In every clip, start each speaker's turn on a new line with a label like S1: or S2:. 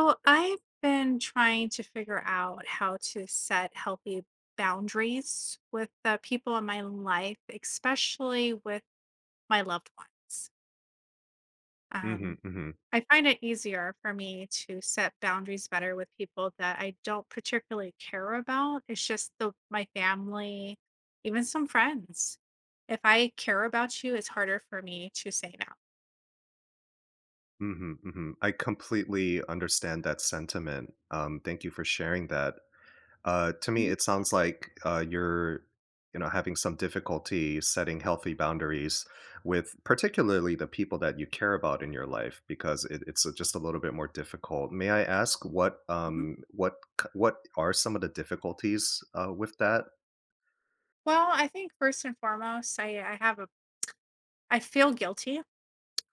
S1: So I've been trying to figure out how to set healthy boundaries with the people in my life, especially with my loved ones. Um,
S2: Mhm, mhm,
S1: I find it easier for me to set boundaries better with people that I don't particularly care about. It's just the my family, even some friends. If I care about you, it's harder for me to say no.
S2: mhm, mhm. I completely understand that sentiment. Thank you for sharing that. To me,
S1: Mhm,
S2: it sounds like you're, you know, having some difficulty setting healthy boundaries with particularly the people that you care about in your life because it's just a little bit more difficult. May I ask
S1: mhm.
S2: what what are some of the difficulties with that?
S1: Well, I think first and foremost, I have a I feel guilty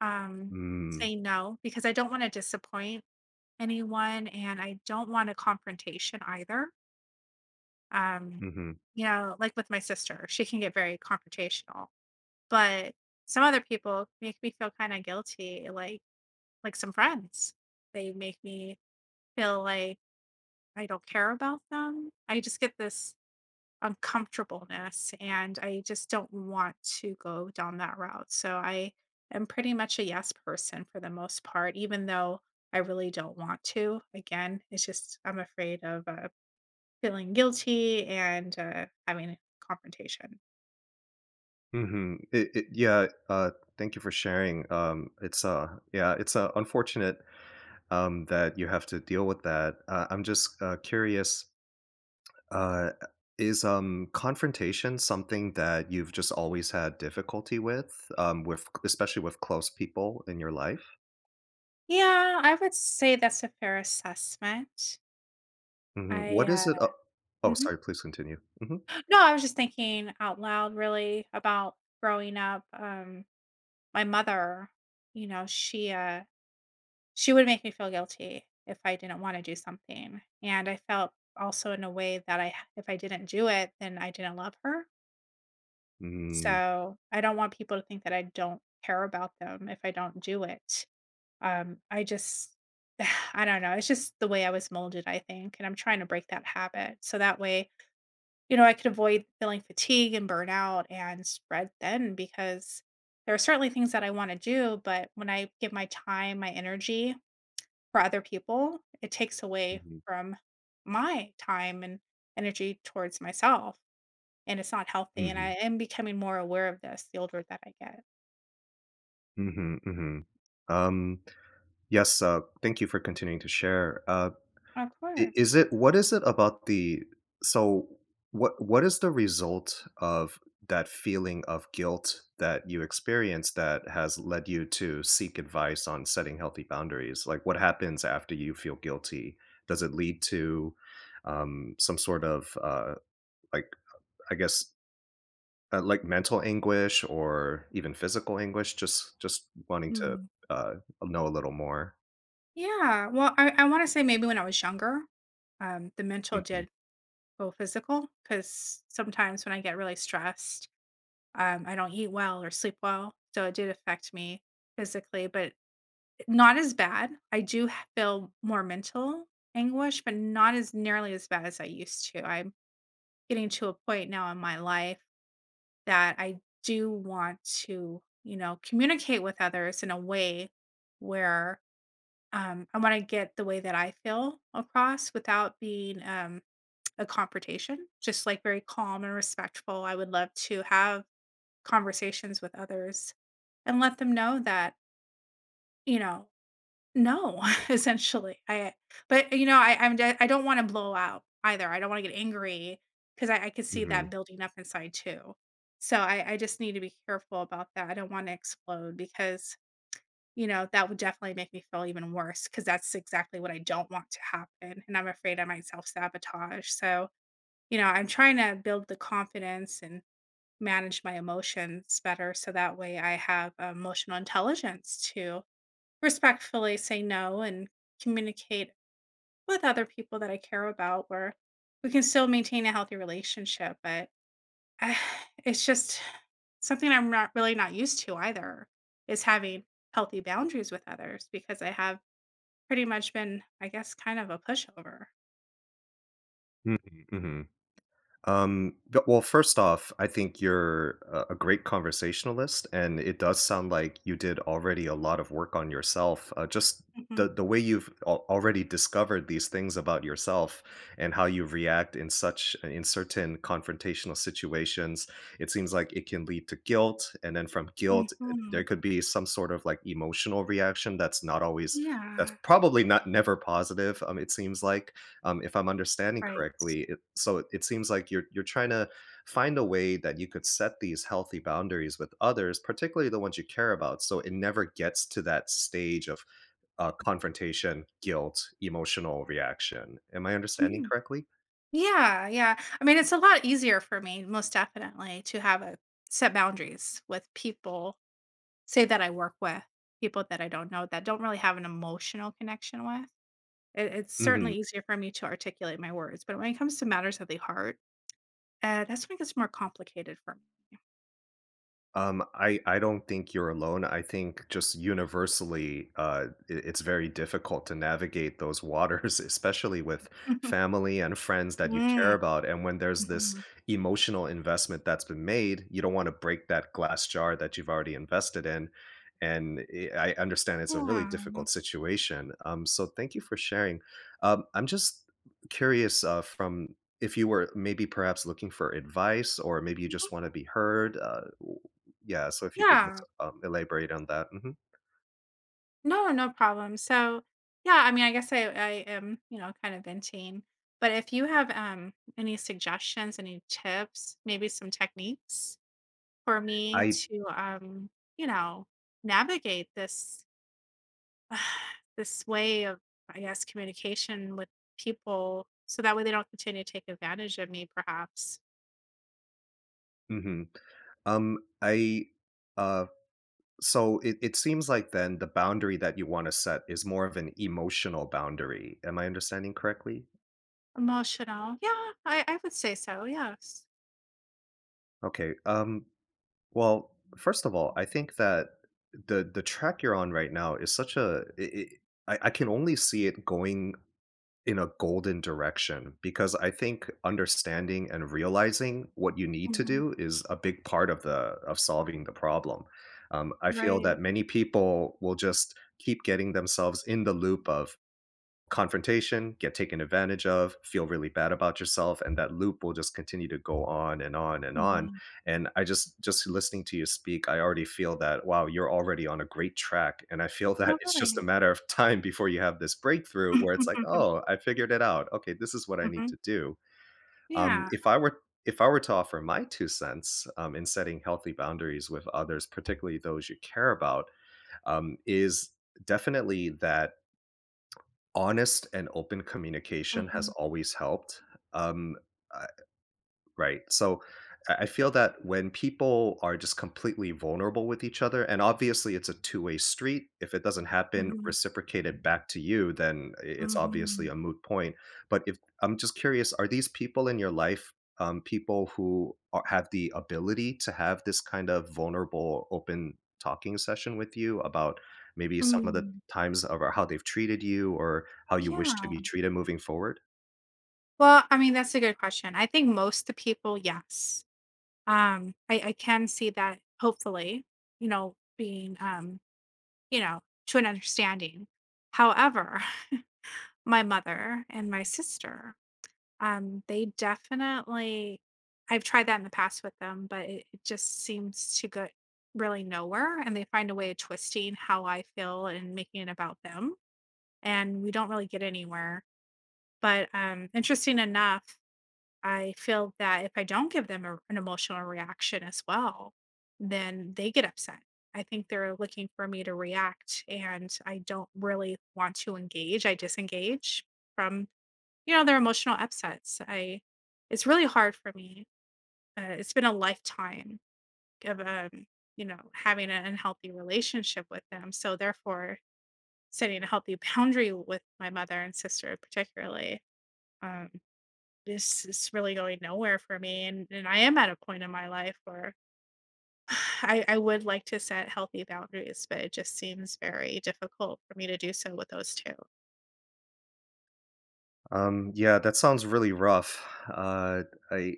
S1: um,
S2: Mm,
S1: say no because I don't want to disappoint anyone and I don't want a confrontation either. Um,
S2: mhm.
S1: you know, like with my sister, she can get very confrontational, but some other people make me feel kind of guilty, like some friends. They make me feel like I don't care about them. I just get this uncomfortableness and I just don't want to go down that route. So I am pretty much a yes person for the most part, even though I really don't want to. Again, it's just I'm afraid of feeling guilty and having a confrontation.
S2: Mhm. It yeah, thank you for sharing. It's, yeah, it's, unfortunate, that you have to deal with that. I'm just, curious, uh, is, confrontation something that you've just always had difficulty with especially with close people in your life?
S1: Yeah, I would say that's a fair assessment.
S2: Mhm.
S1: I
S2: What is it a Oh,
S1: mhm.
S2: sorry, please continue. Mhm.
S1: No, I was just thinking out loud really about growing up. My mother, you know, she would make me feel guilty if I didn't wanna do something, and I felt also in a way that I if I didn't do it, then I didn't love her.
S2: Mm.
S1: So, I don't want people to think that I don't care about them if I don't do it. I just I don't know, it's just the way I was molded, I think, and I'm trying to break that habit, so that way, you know, I could avoid feeling fatigue and burnout and spread thin because there are certainly things that I wanna do, but when I give my time, my energy for other people, it takes away
S2: Mhm.
S1: from my time and energy towards myself, and it's not healthy, and I
S2: Mhm.
S1: am becoming more aware of this the older that I get.
S2: Mhm. Mhm. Um, yes, thank you for continuing to share.
S1: Of
S2: I is
S1: course.
S2: it what is it about the so what is the result of that feeling of guilt that you experienced that has led you to seek advice on setting healthy boundaries? Like, what happens after you feel guilty? Does it lead to, some sort of, like, I guess, like mental anguish or even physical anguish? Just wanting to,
S1: Mm.
S2: uh, know a little more.
S1: Yeah, well, I wanna say maybe when I was younger, the mental
S2: Mhm.
S1: did go physical because sometimes when I get really stressed, I don't eat well or sleep well, so it did affect me physically, but not as bad. I do h feel more mental anguish, but not as nearly as bad as I used to. I'm getting to a point now in my life that I do want to, you know, communicate with others in a way where, I wanna get the way that I feel across without being, a confrontation, just, like, very calm and respectful. I would love to have conversations with others and let them know that, you know no, essentially. I but, you know, I I'm d I am I do wanna blow out either. I don't wanna get angry 'cause I could see that
S2: Mhm.
S1: building up inside too. So I just need to be careful about that. I don't wanna explode because, you know, that would definitely make me feel even worse because that's exactly what I don't want to happen, and I'm afraid I might self-sabotage. So, you know, I'm trying to build the confidence and manage my emotions better so that way I have emotional intelligence to respectfully say no and communicate with other people that I care about where we can still maintain a healthy relationship. But I, it's just something I'm not really not used to either is having healthy boundaries with others because I have pretty much been, I guess, kind of a pushover.
S2: Mhm. Mhm. But, well, first off, I think you're a great conversationalist, and it does sound like you did already a lot of work on yourself. Just
S1: Hmm.
S2: the way you've already discovered these things about yourself and how you react in such in certain confrontational situations, it seems like it can lead to guilt, and then from guilt, there
S1: Hmm.
S2: could be some sort of like emotional reaction that's not always that's
S1: Yeah.
S2: probably not never positive. It seems like if I'm understanding
S1: Right.
S2: correctly. It seems like you're trying to find a way that you could set these healthy boundaries with others, particularly the ones you care about, so it never gets to that stage of confrontation, guilt, emotional reaction. Am I understanding
S1: Mhm.
S2: correctly?
S1: Yeah. Yeah. I mean, it's a lot easier for me, most definitely, to have a set boundaries with people say that I work with, people that I don't know, that don't really have an emotional connection with. It it's certainly
S2: Mhm.
S1: easier for me to articulate my words, but when it comes to matters of the heart, that's when it gets more complicated for me.
S2: I don't think you're alone. I think just universally, it's very difficult to navigate those waters, especially with family and friends that you care about. And when there's
S1: Mm,
S2: this
S1: mhm.
S2: emotional investment that's been made, you don't want to break that glass jar that you've already invested in. And I understand it's a really
S1: Yeah.
S2: difficult situation. So thank you for sharing. I'm just curious from if you were maybe perhaps looking for advice or maybe you
S1: Mhm.
S2: just want to be heard. Yeah, so if you could just,
S1: Yeah.
S2: elaborate on that. Mhm.
S1: No, no problem. So, yeah, I mean, I guess I am, you know, kind of venting, but if you have, any suggestions, any tips, maybe some techniques for me
S2: I
S1: to, you know, navigate this this way of I guess communication with people so that way they don't continue to take advantage of me perhaps.
S2: mhm. I uh, so it seems like then the boundary that you wanna set is more of an emotional boundary. Am I understanding correctly?
S1: Emotional, yeah, I would say so, yes.
S2: Okay, well, first of all, I think that the track you're on right now is such a I can only see it going in a golden direction because I think understanding and realizing what you need to
S1: Mhm.
S2: do is a big part of the of solving the problem. I feel
S1: Right.
S2: that many people will just keep getting themselves in the loop of, confrontation, get taken advantage of, feel really bad about yourself, and that loop will just continue to go on and on and on.
S1: Mm.
S2: And I just listening to you speak, I already feel that wow, you're already on a great track. And I feel that
S1: Oh,
S2: it's just a
S1: really?
S2: matter of time before you have this breakthrough where it's like, oh, I figured it out. Okay, this is what I need
S1: Hmm.
S2: to do.
S1: Yeah.
S2: If I were to offer my two cents in setting healthy boundaries with others, particularly those you care about, is definitely that honest and open communication has
S1: Hmm.
S2: always helped. Um, I Right. I feel that when people are just completely vulnerable with each other, and obviously it's a two-way street, if it doesn't happen
S1: Hmm.
S2: reciprocated back to you, then it's obviously
S1: Hmm.
S2: a moot point. But if I'm just curious, are these people in your life people who are, have the ability to have this kind of vulnerable, open talking session with you about maybe some of the
S1: Mm.
S2: times of or how they've treated you or how you wish to
S1: Yeah.
S2: be treated moving forward?
S1: Well, I mean, that's a good question. I think most the people, yes. I can see that hopefully, you know, being you know, to an understanding. However, my mother and my sister, they definitely I've tried that in the past with them, but it just seems to go really nowhere. And they find a way of twisting how I feel and making it about them. And we don't really get anywhere. But interesting enough, I feel that if I don't give them a, an emotional reaction as well, then they get upset. I think they're looking for me to react and I don't really want to engage. I disengage from, you know, their emotional upsets. I it's really hard for me. It's been a lifetime of you know, having an unhealthy relationship with them. So therefore, setting a healthy boundary with my mother and sister particularly um this is really going nowhere for me and I am at a point in my life where I would like to set healthy boundaries, but it just seems very difficult for me to do so with those two.
S2: Yeah, that sounds really rough. Uh, I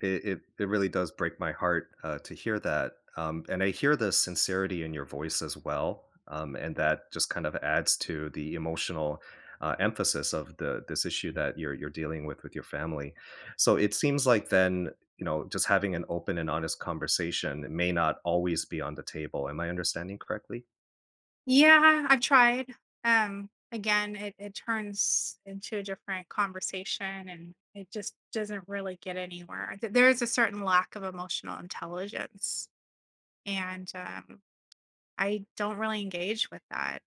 S2: it really does break my heart to hear that, and I hear the sincerity in your voice as well, and that just kind of adds to the emotional emphasis of the this issue that you're dealing with your family. So it seems like then you know just having an open and honest conversation may not always be on the table. Am I understanding correctly?
S1: Yeah, I've tried. Again, it turns into a different conversation and it just doesn't really get anywhere. Th- There is a certain lack of emotional intelligence, and I don't really engage with that.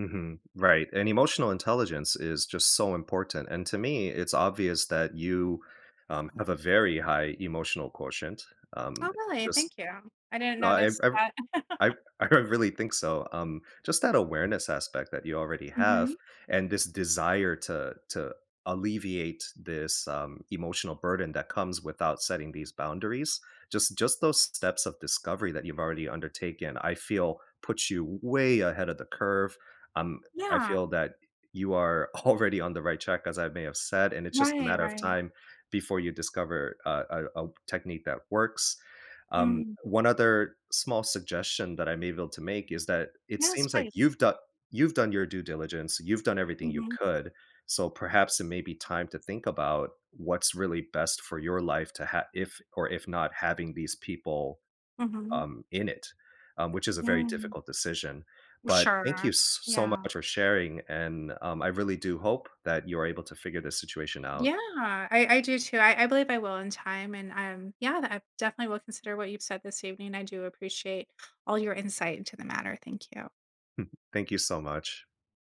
S2: Mhm. Right, and emotional intelligence is just so important, and to me, it's obvious that you, have a very high emotional quotient, um,
S1: Oh, really?
S2: just,
S1: Thank you. I didn't
S2: ev
S1: notice that.
S2: I I really think so. Just that awareness aspect that you already have,
S1: Hmm.
S2: and this desire to alleviate this emotional burden that comes without setting these boundaries. Just those steps of discovery that you've already undertaken, I feel puts you way ahead of the curve. Um, I
S1: Yeah.
S2: feel that you are already on the right track, as I may have said, and it's just a
S1: Right,
S2: matter of
S1: right.
S2: time before you discover a technique that works.
S1: Mm.
S2: One other small suggestion that I'm able to make is that it
S1: Yeah,
S2: seems like
S1: space.
S2: you've done your due diligence, you've done everything you
S1: Mhm,
S2: could, so perhaps it may be time to think about what's really best for your life to have if or if not having these people
S1: mhm,
S2: in it, which is a very
S1: mm.
S2: difficult decision. But thank you
S1: Sure.
S2: so much
S1: Yeah.
S2: for sharing, and I really do hope that you are able to figure this situation out.
S1: Yeah, I do too. I believe I will in time, and, yeah, I definitely will consider what you've said this evening. I do appreciate all your insight into the matter. Thank you.
S2: Thank you so much.